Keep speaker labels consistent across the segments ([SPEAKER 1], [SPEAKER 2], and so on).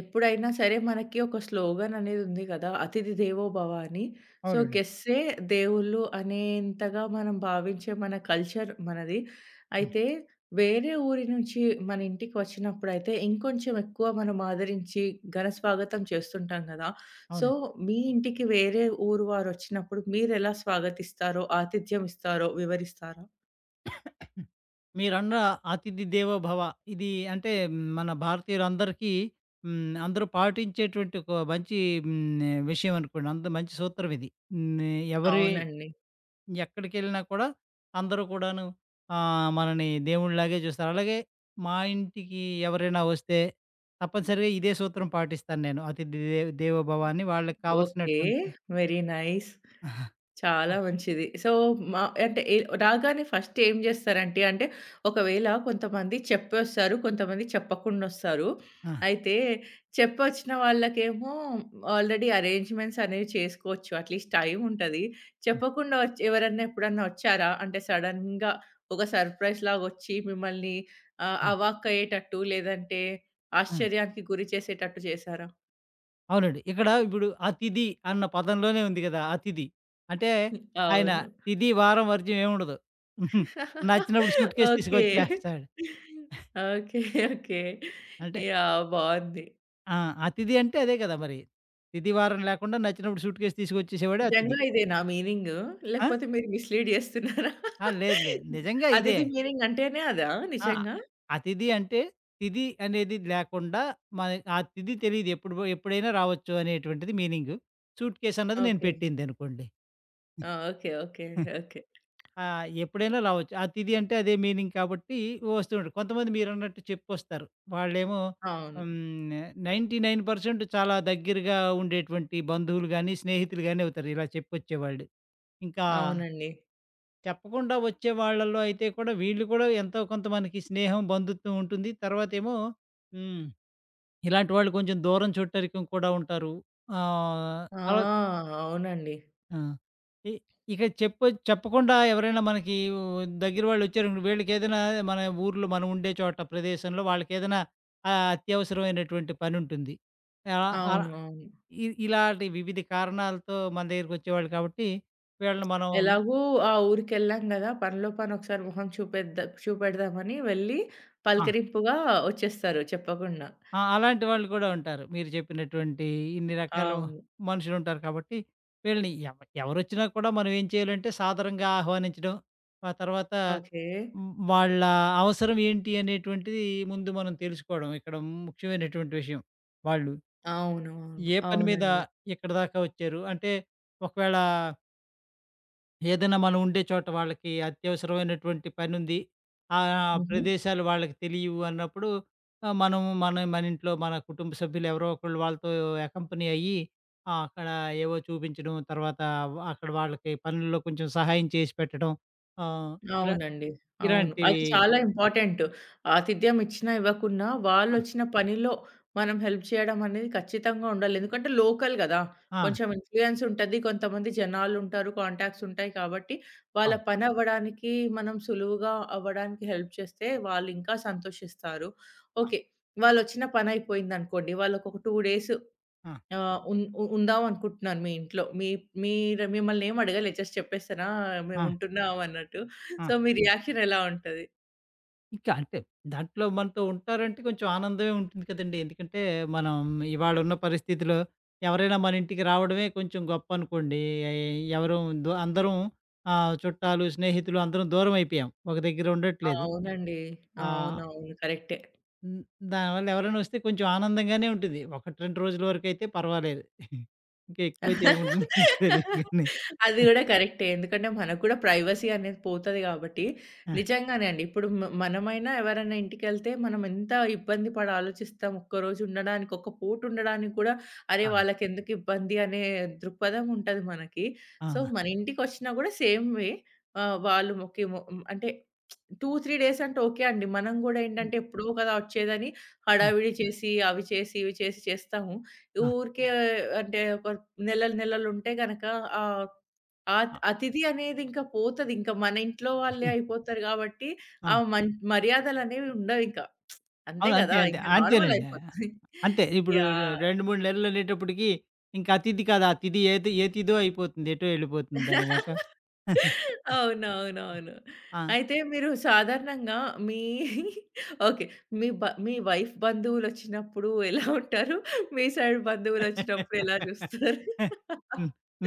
[SPEAKER 1] ఎప్పుడైనా సరే మనకి ఒక స్లోగన్ అనేది ఉంది కదా! అతిథి దేవో భవ అని. సో,
[SPEAKER 2] అవునండి.
[SPEAKER 1] గెస్ట్సే దేవుళ్ళు అనేంతగా మనం భావించే మన కల్చర్ మనది.
[SPEAKER 2] హ్మ్.
[SPEAKER 1] అయితే వేరే ఊరి నుంచి మన ఇంటికి వచ్చినప్పుడైతే ఇంకొంచెం ఎక్కువ మనం ఆదరించి ఘన స్వాగతం చేస్తుంటాం గదా! సో,
[SPEAKER 2] అవునండి.
[SPEAKER 1] మీ ఇంటికి వేరే ఊరు వారొచ్చినప్పుడు మీరెలా స్వాగతిస్తారో, ఆతిథ్యం ఇస్తారో వివరిస్తారా?
[SPEAKER 2] హ్మ్. మీరన్న అతిథి దేవో భవ. ఇది అంటే మన భారతీయులందరికీ హ్మ్. అందరూ పాటించేటువంటి ఒక మంచి హ్మ్. విషయం అనుకోండి. అంత మంచి సూత్రం ఇది. హ్మ్. ఎవరి
[SPEAKER 1] అవునండి.
[SPEAKER 2] ఎక్కడికెళ్ళినా కూడా అందరూ కూడాను మనని దేవుడిలాగే చూస్తారు. అలాగే మా ఇంటికి ఎవరైనా వస్తే తప్పనిసరిగా ఇదే సూత్రం పాటిస్తాను నేను. అతిథి దేవో భవ అని వాళ్ళకి
[SPEAKER 1] ఓకే.
[SPEAKER 2] కావాల్సినటువంటి
[SPEAKER 1] వెరీ నైస్.
[SPEAKER 2] ఆ!
[SPEAKER 1] చాలా మంచిది. సో, మా అంటే రాగానే ఫస్ట్ ఏం జేస్తారంటే, అంటే ఒకవేళ కొంతమంది చెప్పొస్తారు. కొంతమంది చెప్పకుండొస్తారు.
[SPEAKER 2] ఆ!
[SPEAKER 1] అయితే చెప్పొచ్చిన వాళ్ళకేమో ఆల్రెడీ అరేంజ్‌మెంట్స్ అనేవి చేసుకోవచ్చు. అట్‌లీస్ట్ టైమ్ ఉంటది.
[SPEAKER 2] ఆ!
[SPEAKER 1] చెప్పకుండా ఎవరన్నా ఎప్పుడన్నా ఒచ్చారా? అంటే సడెన్‌గా ఒక సర్‌ప్రైజ్ లాగొచ్చి మిమ్మల్ని
[SPEAKER 2] హ్మ్.
[SPEAKER 1] అవాక్కయ్యేటట్టు లేదంటే
[SPEAKER 2] హ్మ్.
[SPEAKER 1] ఆశ్చర్యానికి గురి చేసేటట్టు చేశారా?
[SPEAKER 2] అవునండి. ఇక్కడ ఇప్పుడు అతిథి అన్న పదంలోనే ఉంది గదా! అతిథి. అంటే ఆయన
[SPEAKER 1] అవును.
[SPEAKER 2] తిథి, వారం, వర్జం ఏముండదు. నచ్చినప్పుడు సూట్‌కేస్
[SPEAKER 1] ఓకే.
[SPEAKER 2] తీసుకొచ్చేస్తాడు.
[SPEAKER 1] ఓకే. ఓకే.
[SPEAKER 2] అంటే
[SPEAKER 1] యాహ్! బావుంది.
[SPEAKER 2] ఆ! అతిథి అంటే అదే కదా! మరి. తిథి, వారం లేకుండా నచ్చినప్పుడు సూట్‌కేస్ తీసుకొచ్చేసేవాడే అతిథి.
[SPEAKER 1] నిజంగా ఇదేనా మీనింగు?
[SPEAKER 2] ఆ!
[SPEAKER 1] లేకపోతే మీరు మిస్‌లీడ్ జేస్తున్నారా?
[SPEAKER 2] ఆ! లేదు లేదు. నిజంగా ఇదే.
[SPEAKER 1] అతిథి మీనింగ్ అంటేనే అదా
[SPEAKER 2] ఆ!
[SPEAKER 1] నిజంగా?
[SPEAKER 2] అతిథి అంటే తిథి అనేది లేకుండా మన ఆ తిథి తెలీదు. ఎప్పుడైనా రావచ్చు అనేటువంటిది మీనింగు. సూట్‌కేస్ అన్నది నేను
[SPEAKER 1] ఓకే.
[SPEAKER 2] పెట్టిందనుకోండి.
[SPEAKER 1] ఆ! ఓకే. ఓకే. ఓకే.
[SPEAKER 2] ఆ! ఎప్పుడైనా రావచ్చు. అతిథి అంటే అదే మీనింగ్ కాబట్టి వస్తుంటారు. కొంతమంది మీరన్నట్టు చెప్పొస్తారు. వాళ్ళేమో
[SPEAKER 1] అవును.
[SPEAKER 2] హ్మ్. 99% చాలా దగ్గరగా ఉండేటువంటి బంధువులు గాని, స్నేహితులు గాని అవుతారు ఇలా చెప్పొచ్చేవాళ్ళు. ఇంకా
[SPEAKER 1] అవునండి.
[SPEAKER 2] చెప్పకుండా వచ్చే వాళ్ళలో అయితే కూడా వీళ్ళు కూడా ఎంతో కొంత మనకి స్నేహం, బంధుత్వం ఉంటుంది. తర్వాతేమో హ్మ్. ఇలాంటి వాళ్ళు కొంచెం దూరం చుట్టరికం కూడా ఉంటారు. ఆహ్,
[SPEAKER 1] ఆ!
[SPEAKER 2] తర్వా
[SPEAKER 1] అవునండి.
[SPEAKER 2] ఆ! ఇ ఇక చెప్పకుండా ఎవరైనా మనకి దగ్గర వాళ్ళొచ్చారనుకో వీళ్ళకేదైనా మన ఊర్లో మనం ఉండే చోట ప్రదేశంలో వాళ్ళకేదైనా అత్యవసరమైనటువంటి పనుంటుంది. ఆహ్, అలా
[SPEAKER 1] అవునవును.
[SPEAKER 2] ఇలాంటి వివిధ కారణాలతో మన దగ్గరికొచ్చేవాళ్ళు కాబట్టి వీళ్ళని మనం
[SPEAKER 1] ఎలాగో ఆ ఊరికెళ్ళాం గదా! పనిలో పని ఒకసారి మొహం చూపెద్ద చూపెడదామని వెళ్ళి
[SPEAKER 2] ఆ!
[SPEAKER 1] పలకరింపుగా ఒచ్చేస్తారు చెప్పకుండా.
[SPEAKER 2] ఆ! అలాంటి వాళ్ళు కూడా ఉంటారు. మీరు చెప్పినటువంటి ఇన్ని రకాల
[SPEAKER 1] అవును.
[SPEAKER 2] మనుషులుంటారు కాబట్టి వీళ్ళని ఎవరొచ్చినా కూడా మనం ఏం చేయాలంటే సాదరంగా ఆహ్వానించడం, ఆ తర్వాత
[SPEAKER 1] ఓకే.
[SPEAKER 2] హ్మ్. వాళ్ళ అవసరం ఏంటి అనేటువంటిది ముందు మనం తెలుసుకోవడం ఇక్కడ ముఖ్యమైనటువంటి విషయం. వాళ్ళు
[SPEAKER 1] అవును. అవును.
[SPEAKER 2] ఏ పని మీద
[SPEAKER 1] అవునండి.
[SPEAKER 2] ఇక్కడి దాకా వచ్చారు? అంటే ఒకవేళ ఏదైనా మనం ఉండే చోట వాళ్ళకి అత్యవసరమైనటువంటి పనుంది. ఆ
[SPEAKER 1] హుహు.
[SPEAKER 2] ప్రదేశాలు వాళ్ళకి తెలియవు అన్నప్పుడు మనం మన మన ఇంట్లో మన కుటుంబ సభ్యులు ఎవరో ఒకళ్ళు వాళ్ళతో అకంపెనీ అయ్యి అక్కడ ఏవో చూపించడం, తర్వాత అక్కడ వాళ్ళకి పనుల్లో కొంచెం సహాయం చేసి పెట్టడం. ఆహ్, ఇలా
[SPEAKER 1] అవునండి. అవును. అది
[SPEAKER 2] ఇలాంటివి
[SPEAKER 1] చాలా ఇంపార్టెంట్. ఆతిథ్యం ఇచ్చినా, ఇవ్వకున్నా
[SPEAKER 2] ఆ!
[SPEAKER 1] వాళ్ళొచ్చిన పనిలో మనం హెల్ప్ చేయడం అనేది ఖచ్చితంగా ఉండాలి. ఎందుకంటే లోకల్ గదా!
[SPEAKER 2] ఆ!
[SPEAKER 1] కొంచెం ఇన్‌ఫ్లుయెన్స్ ఉంటది. కొంతమంది జనాలుంటారు. కాంటాక్ట్స్ ఉంటాయి కాబట్టి,
[SPEAKER 2] ఆ!
[SPEAKER 1] వాళ్ళ పని అవ్వడానికి మనం సులువుగా అవ్వడానికి హెల్ప్ చేస్తే వాళ్ళింకా సంతోషిస్తారు. ఓకే. వాళ్ళొచ్చిన పనయిపోయిందనుకోండి. వాళ్ళకొక 2 డేస్
[SPEAKER 2] ఆ! ఆ!
[SPEAKER 1] ఆహ్, ఉన్ ఉ ఉందాం అనుకుంటున్నాను మీ ఇంట్లో. మీరు మిమ్మల్నేమి అడగలే జస్ట్ చెప్పేసానా
[SPEAKER 2] ఆ!
[SPEAKER 1] మేముంటున్నాం అన్నట్టు.
[SPEAKER 2] ఆ!
[SPEAKER 1] సో, మీ రియాక్షన్ ఎలా ఉంటది?
[SPEAKER 2] ఇంకా అంటే దాంట్లో మనతో ఉంటారంటే కొంచెం ఆనందమే ఉంటుంది కదండీ. ఎందుకంటే మనం ఇవాళున్న పరిస్థితిలో ఎవరైనా మన ఇంటికి రావడమే కొంచెం గొప్ప అనుకోండి. ఎ- ఎవరు దు అందరం చుట్టాలు, స్నేహితులు అందరం దూరం అయిపోయాం. ఒక దగ్గర ఉండట్లేదు.
[SPEAKER 1] అవునండి.
[SPEAKER 2] ఆహ్,
[SPEAKER 1] అవునవును. కరెక్టే.
[SPEAKER 2] హ్మ్. దానివల్ల ఎవరైనా వస్తే కొంచెం ఆనందంగానే ఉంటుంది. 1, 2 రోజుల వరకైతే పర్వాలేదు. ఇంకా ఎక్కువైతే ఏముంటుందో తెలీదు గానీ.
[SPEAKER 1] అది గూడా కరెక్టే. ఎందుకంటే మనకు గూడా ప్రైవసీ అనేది పోతది గాబట్టి.
[SPEAKER 2] ఆ!
[SPEAKER 1] నిజంగానే అండి. ఇప్పుడు మనమైనా ఎవరైనా ఇంటికెళ్తే మనం ఎంత ఇబ్బంది పడి ఆలోచిస్తాం. ఒక్కరోజు ఉండడానికి, ఒక్క పూట ఉండడానికి కూడా అరే!
[SPEAKER 2] ఆ!
[SPEAKER 1] వాళ్ళకెందుకు ఇబ్బంది అనే దృక్పథం ఉంటది మనకి.
[SPEAKER 2] ఆ!
[SPEAKER 1] సో, మన ఇంటికొచ్చినా గూడా సేమ్ వే ఆహ్, వాళ్ళు మొకి మొ అంటే 2, 3 డేస్ అంటే ఓకే అండి. మనం గూడా
[SPEAKER 2] హ్మ్.
[SPEAKER 1] ఏంటంటే ఎప్పుడో కదా! వచ్చేదని
[SPEAKER 2] హ్మ్.
[SPEAKER 1] హడావిడి చేసి, అవి చేసి, ఇవి చేసి చేస్తాము.
[SPEAKER 2] ఆ!
[SPEAKER 1] ఊరికే అంటే ఒక నెలలు నెలలుంటే గనక ఆహ్, ఆత్
[SPEAKER 2] ఆ!
[SPEAKER 1] అతిథి అనేది ఇంకా పోతది. ఇంకా మన ఇంట్లో వాళ్ళే
[SPEAKER 2] హ్మ్.
[SPEAKER 1] అయిపోతారు కాబట్టి,
[SPEAKER 2] ఆ!
[SPEAKER 1] ఆ మర్యాదలనేవి ఉండవింక. అంతే
[SPEAKER 2] అవును. అంతే.
[SPEAKER 1] గదా!
[SPEAKER 2] అంతే.
[SPEAKER 1] ఇంకా నార్మల్
[SPEAKER 2] అంతేనండి.
[SPEAKER 1] అయిపోతది.
[SPEAKER 2] అంతే. ఇప్పుడు
[SPEAKER 1] యాహ్!
[SPEAKER 2] 2, 3 నెలలనేటప్పటికి ఇంకా ఆ తిథి కాదు. ఆ తిథి ఏది ఏ తిథో అయిపోతుంది. ఎటో ఎళ్ళిపోతుందనమాట.
[SPEAKER 1] అవునవునవును.
[SPEAKER 2] ఆ! హ్మ్.
[SPEAKER 1] అయితే మీరు సాధారణంగా మీ ఓకే. మీ వైఫ్ బంధువులొచ్చినప్పుడు ఎలా ఉంటారు? మీ సైడ్ బంధువులొచ్చినప్పుడు ఎలా చూస్తారు?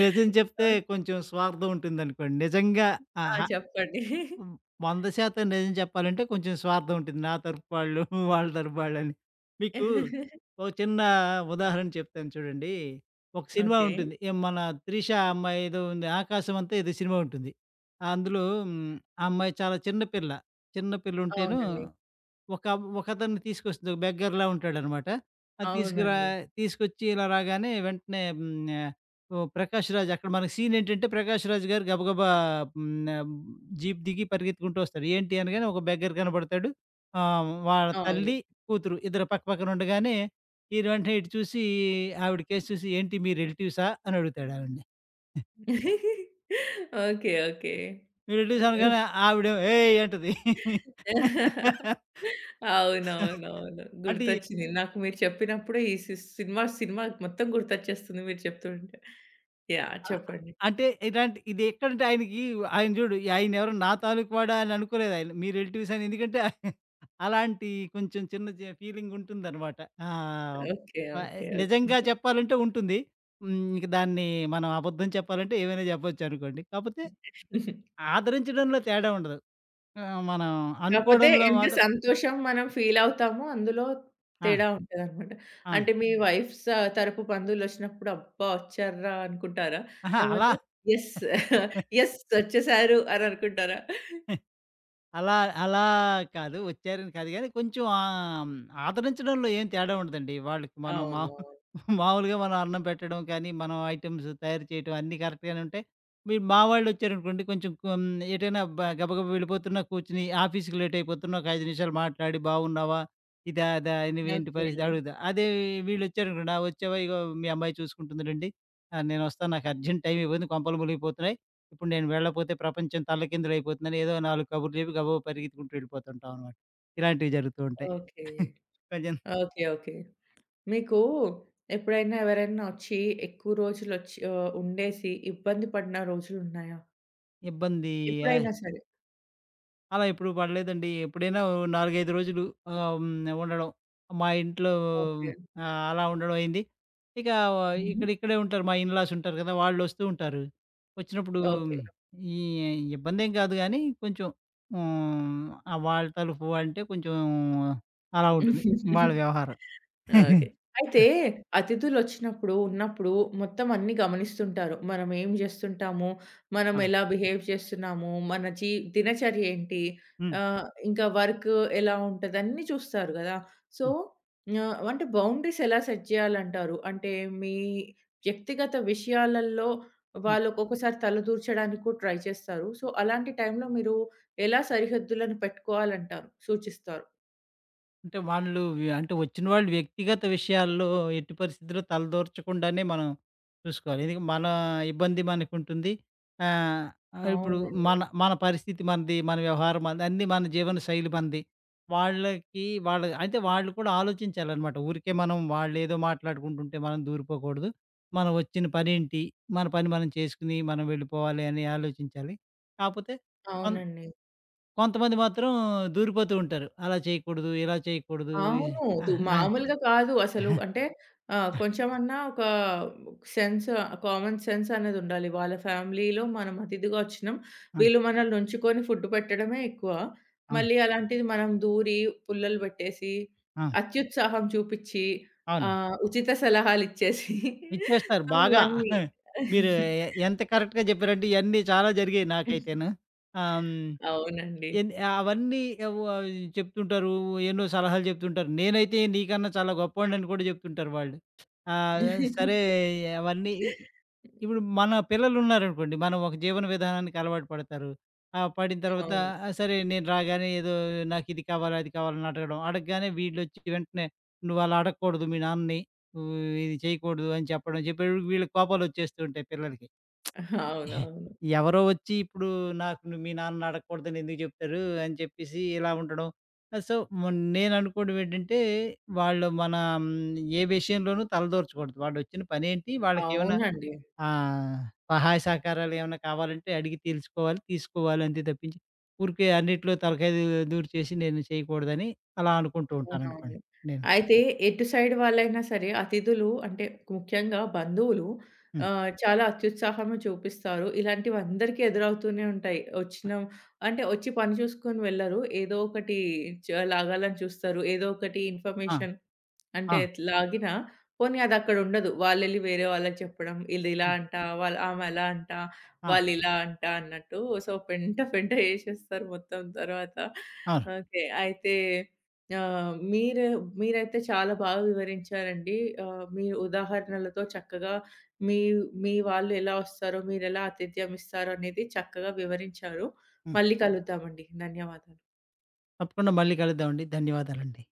[SPEAKER 2] నిజం చెప్తే కొంచెం స్వార్థం ఉంటుందనుకోండి. నిజంగా
[SPEAKER 1] ఆ!
[SPEAKER 2] ఆహ్,
[SPEAKER 1] చెప్పండి.
[SPEAKER 2] హ్మ్. 100% నిజం చెప్పాలంటే కొంచెం స్వార్థం ఉంటుంది. నా తరపు వాళ్ళు, వాళ్ళ తరపు వాళ్ళని. మీకు ఒక చిన్న ఉదాహరణ చెప్తాను చూడండి. ఒక సినిమా
[SPEAKER 1] ఓకే.
[SPEAKER 2] ఉంటుంది. ఏ మన 'త్రిష' అమ్మాయి ఏదో ఉంది. 'ఆకాశమంత' ఏదో సినిమా ఉంటుంది. అందులో హ్మ్, ఆ అమ్మాయి చాలా చిన్న పిల్ల. చిన్న హ్మ్. పిల్లుంటేను
[SPEAKER 1] అవునండి.
[SPEAKER 2] ఒక ఒకతన్ని తీసుకొస్తుంది. ఒక బెగ్గర్‌లా ఉంటాడనమాట. అది తీసుకురా
[SPEAKER 1] అవునండి.
[SPEAKER 2] తీసుకొచ్చి ఇలా రాగానే వెంటనే హ్మ్, ఆహ్, ఓహ్! 'ప్రకాష్ రాజ్' అక్కడ మనకి సీన్ ఏంటంటే 'ప్రకాష్ రాజ్' గారు గబగబా హ్మ్, ఆహ్, జీప్ దిగి పరిగెత్తుకుంటూ వస్తాడు. ఏంటి అనగానే ఒక బెగ్గర్ కనపడతాడు. వాళ్ళ
[SPEAKER 1] అవును.
[SPEAKER 2] తల్లి, కూతురు ఇద్దరు పక్క పక్కన ఉండగానే ఈయన వెంటనే ఇటు చూసి ఆవిడ కేసి చూసి "ఏంటి మీ రిలేటివ్సా?" అని అడుగుతాడు ఆవిడని.
[SPEAKER 1] ఓకే. ఓకే.
[SPEAKER 2] మీ రిలేటివ్స్ అనగానే ఆవిడేమో "ఏయ్" అంటది.
[SPEAKER 1] అవునవునవును.
[SPEAKER 2] అంటే
[SPEAKER 1] గుర్తొచ్చింది. నాకు మీరు చెప్పినప్పుడు ఈ సి సినిమా సినిమా మొత్తం గుర్తొచ్చేస్తుంది మీరు చెప్తుంటే. యాహ్!
[SPEAKER 2] ఆ!
[SPEAKER 1] చెప్పండి.
[SPEAKER 2] అంటే ఇలాంటి ఇదెక్కడంటే ఆయనకి ఆయన చూడు ఆయన ఎవరో నా తాలూకు వాడా అని అనుకోలేదు ఆయన. మీ రిలేటివ్స్ అని ఎందుకంటే అలాంటి కొంచెం చిన్న ఫీలింగ్ ఉంటుందనమాట. ఆహ్,
[SPEAKER 1] ఓకే.
[SPEAKER 2] ఆహ్,
[SPEAKER 1] ఓకే.
[SPEAKER 2] నిజంగా చెప్పాలంటే ఉంటుంది. హ్మ్. ఇంక దాన్ని మనం అబద్ధం చెప్పాలంటే ఏమైనా చెప్పొచ్చనుకోండి. కాపోతే
[SPEAKER 1] ఓకే.
[SPEAKER 2] ఆదరించడంలో తేడా ఉండదు. మనం
[SPEAKER 1] కాపోతే
[SPEAKER 2] అనుకోవడంలో
[SPEAKER 1] ఎంత
[SPEAKER 2] మాత్రం
[SPEAKER 1] సంతోషం మనం ఫీలవుతామో అందులో
[SPEAKER 2] ఆ!
[SPEAKER 1] తేడా ఉంటదనమాట.
[SPEAKER 2] ఆ!
[SPEAKER 1] అంటే మీ వైఫ్ స తరపు బంధువులొచ్చినప్పుడు అబ్బా! ఒచ్చార్రా అనుకుంటారా?
[SPEAKER 2] అహా!
[SPEAKER 1] లేపోతే యెస్. యెస్ ఒచ్చేసారు అని అనుకుంటారా?
[SPEAKER 2] అలా అలా కాదు. వచ్చారని కాదు గానీ, కొంచెం ఆహ్, హ్మ్, ఆదరించడంలో ఏం తేడా ఉండదండి. వాళ్ళకి మనం మా
[SPEAKER 1] అవును.
[SPEAKER 2] మామూలుగా మనం అన్నం పెట్టడం కానీ, మనం ఐటెమ్స్ తయారు చేయటం అన్నీ కరెక్ట్‌గానే ఉంటాయి. మీరు మా వాళ్ళొచ్చారనుకోండి కొంచెం కొం ఎటైనా బ గబగబా వెళ్ళిపోతున్నా కూర్చొని ఆఫీస్‌కి లేట్ అయిపోతున్నా ఒక 5 నిమిషాలు మాట్లాడి బాగున్నావా? ఇదా? అదా? నువ్వేంటి
[SPEAKER 1] ఓకే.
[SPEAKER 2] పరిస్థితి? అడుగుతా. అదే వీళ్ళొచ్చారనుకోండి, ఆ! వచ్చావా? ఇగో మీ అమ్మాయి చూసుకుంటుందిలెండి. నేనొస్తాను నాకు అర్జెంట్ టైం అయిపోయింది. కొంపలు మునిగిపోతున్నాయి. ఇప్పుడు నేను వెళ్ళపోతే ప్రపంచం తల్లకిందులైపోతుందని ఏదో నాలుగు కబుర్లు చెప్పి గబగబా పరిగెత్తుకుంటూ వెళ్ళిపోతుంటాం అనమాట. ఇలాంటివి జరుగుతూ ఉంటాయి.
[SPEAKER 1] ఓకే.
[SPEAKER 2] కొంచెం
[SPEAKER 1] ఓకే. ఓకే. మీకు ఎప్పుడైనా ఎవరైనా ఒచ్చి ఎక్కువ రోజులొచ్చి ఉండేసి ఇబ్బంది పడిన రోజులున్నాయా?
[SPEAKER 2] ఇబ్బంది ఆహ్,
[SPEAKER 1] ఎప్పుడైనా సరే.
[SPEAKER 2] అలా ఎప్పుడు పడలేదండి. ఎప్పుడైనా ఓ 4, 5 రోజులు ఆహ్, హ్మ్, ఉండడం మా ఇంట్లో
[SPEAKER 1] ఓకే.
[SPEAKER 2] అలా ఉండడం అయింది. ఇక
[SPEAKER 1] హుహు.
[SPEAKER 2] ఇక్కడ ఇక్కడే ఉంటారు. మా ఇన్‌లాస్ ఉంటారు కదా! వాళ్ళొస్తూ ఉంటారు. వచ్చినప్పుడు
[SPEAKER 1] ఓకే.
[SPEAKER 2] ఈ ఇబ్బందేం కాదు గానీ కొంచెం హ్మ్, వాళ్ళ తలుపు అంటే కొంచెం అలా ఉంటుంది వాళ్ళ వ్యవహారం.
[SPEAKER 1] ఓకే. అయితే అతిథులొచ్చినప్పుడు, ఉన్నప్పుడు మొత్తం అన్నీ గమనిస్తుంటారు. మనం ఏం జేస్తుంటాము, మనం
[SPEAKER 2] ఆ!
[SPEAKER 1] ఎలా బిహేవ్ చేస్తున్నాము, మన జీ దినచర్య ఏంటి,
[SPEAKER 2] హ్మ్.
[SPEAKER 1] ఇంకా వర్క్ ఎలా ఉంటది అన్నీ చూస్తారు గదా! సో,
[SPEAKER 2] హ్మ్.
[SPEAKER 1] అంటే బౌండరీస్ ఎలా సెట్ జేయాలంటారు? అంటే మీ వ్యక్తిగత విషయాలల్లో
[SPEAKER 2] హ్మ్.
[SPEAKER 1] వాళ్ళు ఒక్కొక్కసారి తలదూర్చడానికి కూడా ట్రై చేస్తారు. సో, అలాంటి టైంలో మీరు ఎలా సరిహద్దులను పెట్టుకోవాలంటారు? సూచిస్తారు?
[SPEAKER 2] అంటే వాళ్ళు వి అంటే వచ్చిన వాళ్ళు వ్యక్తిగత విషయాల్లో ఎట్టి పరిస్థితిలో తలదూర్చకుండానే మనం చూసుకోవాలి. ఎందుకంటే మన ఇబ్బంది మనకుంటుంది. ఆహ్, ఆహ్, ఇప్పుడు
[SPEAKER 1] అవునండి.
[SPEAKER 2] మన మన పరిస్థితి మనది, మన వ్యవహారం మనది, అన్నీ మన జీవన శైలి మనది. వాళ్ళకి వాళ్ళ అయితే వాళ్ళు కూడా ఆలోచించాలనమాట. ఊరికే మనం వాళ్ళేదో మాట్లాడుకుంటుంటే మనం దూరిపోకూడదు. మనం వచ్చిన పనేంటి? మన పని మనం చేసుకొని మనం వెళ్ళిపోవాలి అని ఆలోచించాలి. కాపోతే కొం
[SPEAKER 1] అవునండి.
[SPEAKER 2] కొంతమంది మాత్రం దూరిపోతూ ఉంటారు. అలా చేయకూడదు, ఇలా చేయకూడదు. ఈ
[SPEAKER 1] అవును.
[SPEAKER 2] ఆ! ఆ!
[SPEAKER 1] మామూలుగా కాదు అసలు. అంటే కొంచెమన్నా ఒక సెన్స్ కామన్ సెన్స్ అనేదుండాలి. వాళ్ళ ఫ్యామిలీలో మనం అతిథిగా వచ్చినాం.
[SPEAKER 2] ఆ!
[SPEAKER 1] వీళ్ళు మనల్ని ఉంచుకొని ఫుడ్ పెట్టడమే ఎక్కువ.
[SPEAKER 2] ఆ!
[SPEAKER 1] మళ్ళీ అలాంటిది మనం దూరి, పుల్లలు పెట్టేసి,
[SPEAKER 2] ఆ!
[SPEAKER 1] అత్యుత్సాహం చూపిచ్చి,
[SPEAKER 2] అవునండి.
[SPEAKER 1] ఉచిత సలహాలిచ్చేసి
[SPEAKER 2] ఇచ్చేస్తారు
[SPEAKER 1] సో,
[SPEAKER 2] బాగా. మీరు
[SPEAKER 1] ఇవన్నీ.
[SPEAKER 2] ఎంత కరెక్ట్‌గా జెప్పారంటే ఇయన్నీ చాలా జరిగాయి నాకైతేను. ఆహ్, హ్మ్,
[SPEAKER 1] అవునండి.
[SPEAKER 2] ఎన్ అవన్నీ ఎవ్ ఆహ్, చెప్తుంటారు. ఎన్నో సలహాలు జెప్తుంటారు. నేనైతే నీకన్నా చాలా గొప్పోడినని కూడా జెప్తుంటారు వాళ్ళు. ఆహ్, సరే అవన్నీ ఇప్పుడు మన పిల్లలున్నారనుకోండి. మనం ఒక జీవన విధానానికి అలవాటు పడతారు. పడిన తర్వాత
[SPEAKER 1] అవును.
[SPEAKER 2] సరే నేను రాగానే ఏదో నాకిది కావాలి, అది కావాలని అడగడం. అడగగానే వీళ్ళొచ్చి వెంటనే "నువ్వలా అడగకూడదు మీ నాన్నని. నువ్వు ఇది చేయకూడదు" అని చెప్పడం. చెప్పేటప్పటికి వీళ్ళకి కోపాలొచ్చేస్తూ ఉంటాయి పిల్లలకి.
[SPEAKER 1] అవునవును.
[SPEAKER 2] ఎవరో వచ్చి ఇప్పుడు నాకు మీ నాన్నని అడగకూడదని ఎందుకు చెప్తారు" అని చెప్పేసి ఇలా ఉండడం. ఆహ్, సో, మొన్ నేననుకోవడం ఏంటంటే, వాళ్ళు మన హ్మ్, ఏ విషయంలోనూ తలదూర్చకూడదు. వాళ్ళొచ్చిన పనేంటి? వాళ్ళకేమైనా
[SPEAKER 1] అవునండి.
[SPEAKER 2] ఆ! సహాయ సహకారాలేమన్నా కావాలంటే అడిగి తీలుసుకోవాలి, తీసుకోవాలి అంతే తప్పించి, ఊరికే అన్నిట్లో తలకాయ దూర్చేసి నేను చేయకూడదని అలా అనుకుంటూ
[SPEAKER 1] అవునవును.
[SPEAKER 2] ఉంటాననుకోండి నేను.
[SPEAKER 1] అయితే ఎటు సైడ్ వాళ్ళైనా సరే అతిథులు అంటే ముఖ్యంగా బంధువులు
[SPEAKER 2] హ్మ్.
[SPEAKER 1] చాలా అత్యుత్సాహం చూపిస్తారు. ఇలాంటివందరికీ ఎదురవుతూనే ఉంటాయి. వచ్చిన అంటే వచ్చి పని చూసుకొని వెళ్లరు. ఏదో ఒకటి లాగాలని చూస్తారు. ఏదో ఒకటి
[SPEAKER 2] ఆ!
[SPEAKER 1] ఇన్ఫర్మేషన్
[SPEAKER 2] ఆ!
[SPEAKER 1] అంటే లాగినా పోనీ అదక్కడుండదు. వాళ్ళెళ్లి వేరే వాళ్ళకి చెప్పడం, ఈళ్ళిలా
[SPEAKER 2] హ్మ్.
[SPEAKER 1] అంట, వాళ్ళు ఆమె అలా అంట,
[SPEAKER 2] ఆ!
[SPEAKER 1] వాళ్ళిలా అంట అన్నట్టు. సో, పెంట పెంట చేసేస్తారు మొత్తం తర్వాత.
[SPEAKER 2] అవును.
[SPEAKER 1] ఓకే. అయితే ఆ! మీరు మీరైతే చాలా బాగా వివరించారండి. ఆహ్, మీ ఉదాహరణలతో చక్కగా మీ మీ వాళ్ళు ఎలా వస్తారో, మీరెలా ఆతిథ్యం ఇస్తారో అనేది చక్కగా వివరించారు.
[SPEAKER 2] హ్మ్.
[SPEAKER 1] మళ్ళీ కలుద్దామండి. ధన్యవాదాలు.
[SPEAKER 2] తప్పకుండా మళ్ళీ కలుద్దామండి. ధన్యవాదాలండి.